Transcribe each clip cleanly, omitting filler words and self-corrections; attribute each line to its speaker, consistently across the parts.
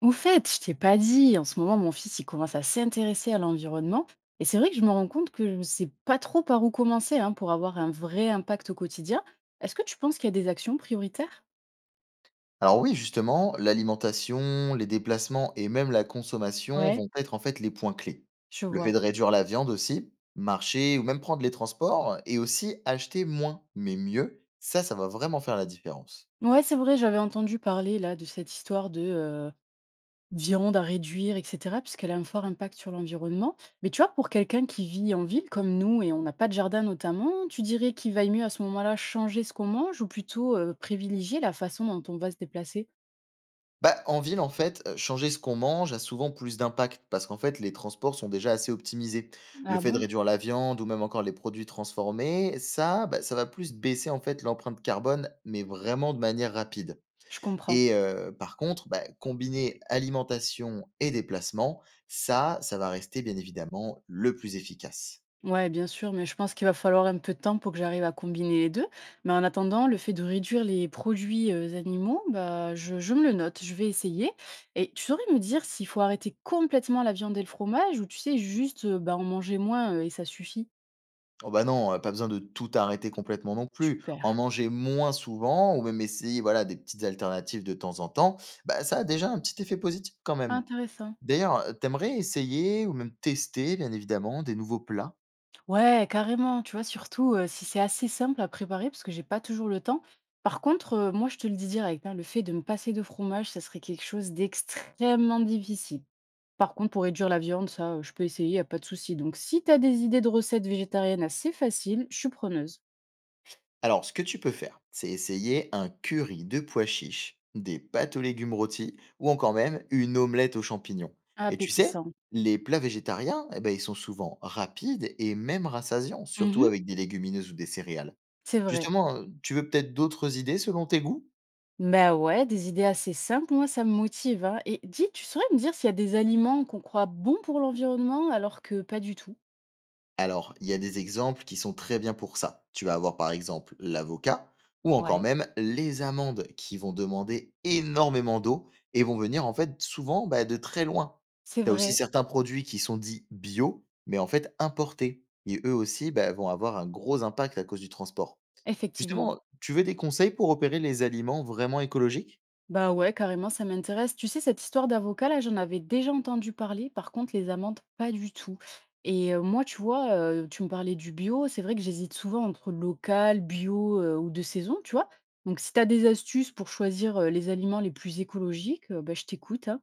Speaker 1: Au fait, je t'ai pas dit, en ce moment, mon fils, il commence à s'intéresser à l'environnement. Et c'est vrai que je me rends compte que je ne sais pas trop par où commencer hein, pour avoir un vrai impact au quotidien. Est-ce que tu penses qu'il y a des actions prioritaires?
Speaker 2: Alors oui, justement, l'alimentation, les déplacements et même la consommation
Speaker 1: Ouais,
Speaker 2: vont être en fait les points clés.
Speaker 1: je
Speaker 2: Le fait de
Speaker 1: vois.
Speaker 2: réduire la viande aussi, marcher ou même prendre les transports et aussi acheter moins mais mieux, ça va vraiment faire la différence.
Speaker 1: Ouais, c'est vrai, j'avais entendu parler là de cette histoire de viande à réduire, etc., puisqu'elle a un fort impact sur l'environnement. Mais tu vois, pour quelqu'un qui vit en ville comme nous et on n'a pas de jardin notamment, tu dirais qu'il vaille mieux à ce moment-là changer ce qu'on mange ou plutôt privilégier la façon dont on va se déplacer?
Speaker 2: Bah, en ville, en fait, changer ce qu'on mange a souvent plus d'impact parce qu'en fait, les transports sont déjà assez optimisés. Le
Speaker 1: Ah
Speaker 2: fait de
Speaker 1: bon.
Speaker 2: réduire la viande ou même encore les produits transformés, ça, bah, ça va plus baisser en fait l'empreinte carbone, mais vraiment de manière rapide.
Speaker 1: Je comprends.
Speaker 2: Et par contre, bah, combiner alimentation et déplacement, ça va rester bien évidemment le plus efficace.
Speaker 1: Ouais, bien sûr, mais je pense qu'il va falloir un peu de temps pour que j'arrive à combiner les deux. Mais en attendant, le fait de réduire les produits animaux, bah, je me le note, je vais essayer. Et tu saurais me dire s'il faut arrêter complètement la viande et le fromage ou tu sais, juste bah, en manger moins et ça suffit?
Speaker 2: Oh bah, non, pas besoin de tout arrêter complètement non plus.
Speaker 1: Super.
Speaker 2: En manger moins souvent ou même essayer, voilà, des petites alternatives de temps en temps, bah, ça a déjà un petit effet positif quand même.
Speaker 1: Intéressant.
Speaker 2: D'ailleurs, tu essayer ou même tester, bien évidemment, des nouveaux plats?
Speaker 1: Ouais, carrément, tu vois, surtout si c'est assez simple à préparer parce que j'ai pas toujours le temps. Par contre, moi, je te le dis direct, hein, le fait de me passer de fromage, ça serait quelque chose d'extrêmement difficile. Par contre, pour réduire la viande, ça, je peux essayer, y a pas de souci. Donc si tu as des idées de recettes végétariennes assez faciles, je suis preneuse.
Speaker 2: Alors, ce que tu peux faire, c'est essayer un curry de pois chiches, des pâtes aux légumes rôtis ou encore même une omelette aux champignons. Et tu sais,
Speaker 1: Appétissant.
Speaker 2: les plats végétariens, eh ben, ils sont souvent rapides et même rassasiants, surtout
Speaker 1: Mmh.
Speaker 2: avec des légumineuses ou des céréales.
Speaker 1: C'est vrai.
Speaker 2: Justement, tu veux peut-être d'autres idées selon tes goûts.
Speaker 1: Bah ouais, des idées assez simples, moi ça me motive, hein. Et dis, tu saurais me dire s'il y a des aliments qu'on croit bons pour l'environnement alors que pas du tout?
Speaker 2: Alors, il y a des exemples qui sont très bien pour ça. Tu vas avoir par exemple l'avocat ou encore
Speaker 1: Ouais.
Speaker 2: même les amandes qui vont demander énormément d'eau et vont venir en fait souvent bah, de très loin.
Speaker 1: C'est
Speaker 2: Tu as aussi
Speaker 1: vrai,
Speaker 2: certains produits qui sont dits bio, mais en fait importés. Et eux aussi bah, vont avoir un gros impact à cause du transport.
Speaker 1: effectivement.
Speaker 2: Justement, tu veux des conseils pour opérer les aliments vraiment écologiques?
Speaker 1: Bah ouais, carrément, ça m'intéresse. Tu sais, cette histoire d'avocat, là, j'en avais déjà entendu parler. Par contre, les amendes, pas du tout. Et moi, tu vois, tu me parlais du bio. C'est vrai que j'hésite souvent entre local, bio ou de saison, tu vois. Donc, si tu as des astuces pour choisir les aliments les plus écologiques, bah, je t'écoute, hein.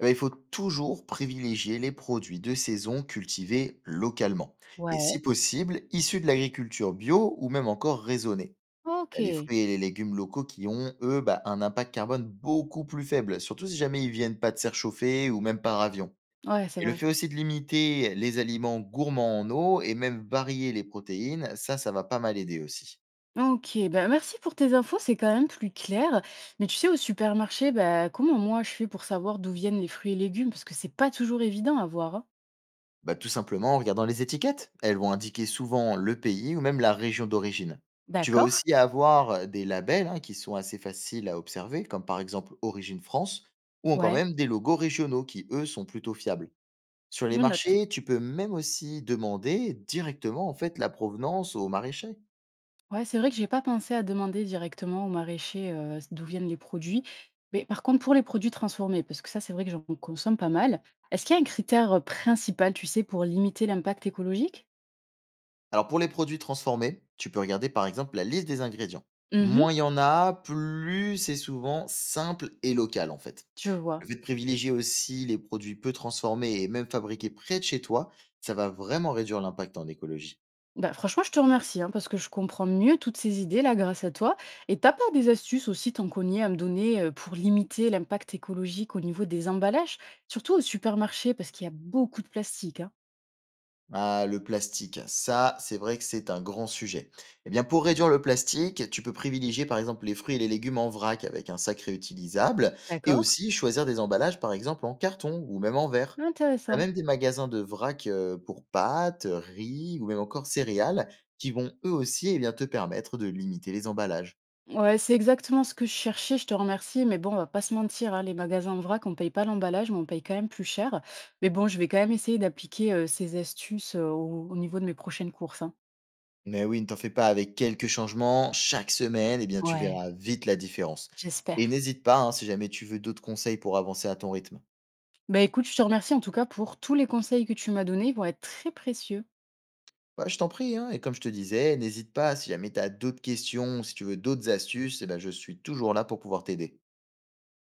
Speaker 2: Eh ben, il faut toujours privilégier les produits de saison cultivés localement. Et si
Speaker 1: Ouais.
Speaker 2: possible, issus de l'agriculture bio ou même encore raisonnée.
Speaker 1: Ok,
Speaker 2: T'as les fruits et les légumes locaux qui ont, eux, bah, un impact carbone beaucoup plus faible, surtout si jamais ils viennent pas de serre chauffée ou même par avion.
Speaker 1: ouais, c'est
Speaker 2: Et le
Speaker 1: vrai.
Speaker 2: fait aussi de limiter les aliments gourmands en eau et même varier les protéines, ça va pas mal aider aussi.
Speaker 1: Ok, bah merci pour tes infos, c'est quand même plus clair. Mais tu sais, au supermarché, bah, comment moi je fais pour savoir d'où viennent les fruits et légumes? Parce que c'est pas toujours évident à voir, hein.
Speaker 2: Bah, tout simplement en regardant les étiquettes. Elles vont indiquer souvent le pays ou même la région d'origine. Tu vas
Speaker 1: D'accord.
Speaker 2: aussi avoir des labels hein, qui sont assez faciles à observer, comme par exemple Origine France, ou encore
Speaker 1: Ouais,
Speaker 2: même des logos régionaux qui, eux, sont plutôt fiables. Sur les
Speaker 1: je note.
Speaker 2: marchés, tu peux même aussi demander directement en fait la provenance aux maraîchers.
Speaker 1: Ouais, c'est vrai que j'ai pas pensé à demander directement au maraîcher, d'où viennent les produits. Mais par contre, pour les produits transformés, parce que ça, c'est vrai que j'en consomme pas mal, est-ce qu'il y a un critère principal, tu sais, pour limiter l'impact écologique?
Speaker 2: Alors pour les produits transformés, tu peux regarder par exemple la liste des ingrédients.
Speaker 1: Mmh.
Speaker 2: Moins il y en a, plus c'est souvent simple et local en fait.
Speaker 1: Je
Speaker 2: Le
Speaker 1: vois.
Speaker 2: fait de privilégier aussi les produits peu transformés et même fabriqués près de chez toi, ça va vraiment réduire l'impact en écologie.
Speaker 1: Bah, franchement, je te remercie, hein, parce que je comprends mieux toutes ces idées-là grâce à toi, et t'as pas des astuces aussi, tant qu'on y est, à me donner, pour limiter l'impact écologique au niveau des emballages? Surtout au supermarché, parce qu'il y a beaucoup de plastique, hein.
Speaker 2: Ah, le plastique, ça, c'est vrai que c'est un grand sujet. Eh bien, pour réduire le plastique, tu peux privilégier par exemple les fruits et les légumes en vrac avec un sac réutilisable et
Speaker 1: D'accord.
Speaker 2: aussi choisir des emballages par exemple en carton ou même en verre. Tu as
Speaker 1: Intéressant.
Speaker 2: même des magasins de vrac pour pâtes, riz ou même encore céréales qui vont eux aussi eh bien, te permettre de limiter les emballages.
Speaker 1: Ouais, c'est exactement ce que je cherchais, je te remercie. Mais bon, on va pas se mentir, hein, les magasins en vrac, on paye pas l'emballage, mais on paye quand même plus cher. Mais bon, je vais quand même essayer d'appliquer ces astuces au niveau de mes prochaines courses, hein.
Speaker 2: Mais oui, ne t'en fais pas avec quelques changements chaque semaine, eh bien, tu
Speaker 1: Ouais.
Speaker 2: verras vite la différence. Et
Speaker 1: J'espère.
Speaker 2: n'hésite pas hein, si jamais tu veux d'autres conseils pour avancer à ton rythme.
Speaker 1: Bah écoute, je te remercie en tout cas pour tous les conseils que tu m'as donnés, ils vont être très précieux.
Speaker 2: Bah, je t'en prie, hein, et comme je te disais, n'hésite pas, si jamais tu as d'autres questions, si tu veux d'autres astuces, eh ben, je suis toujours là pour pouvoir t'aider.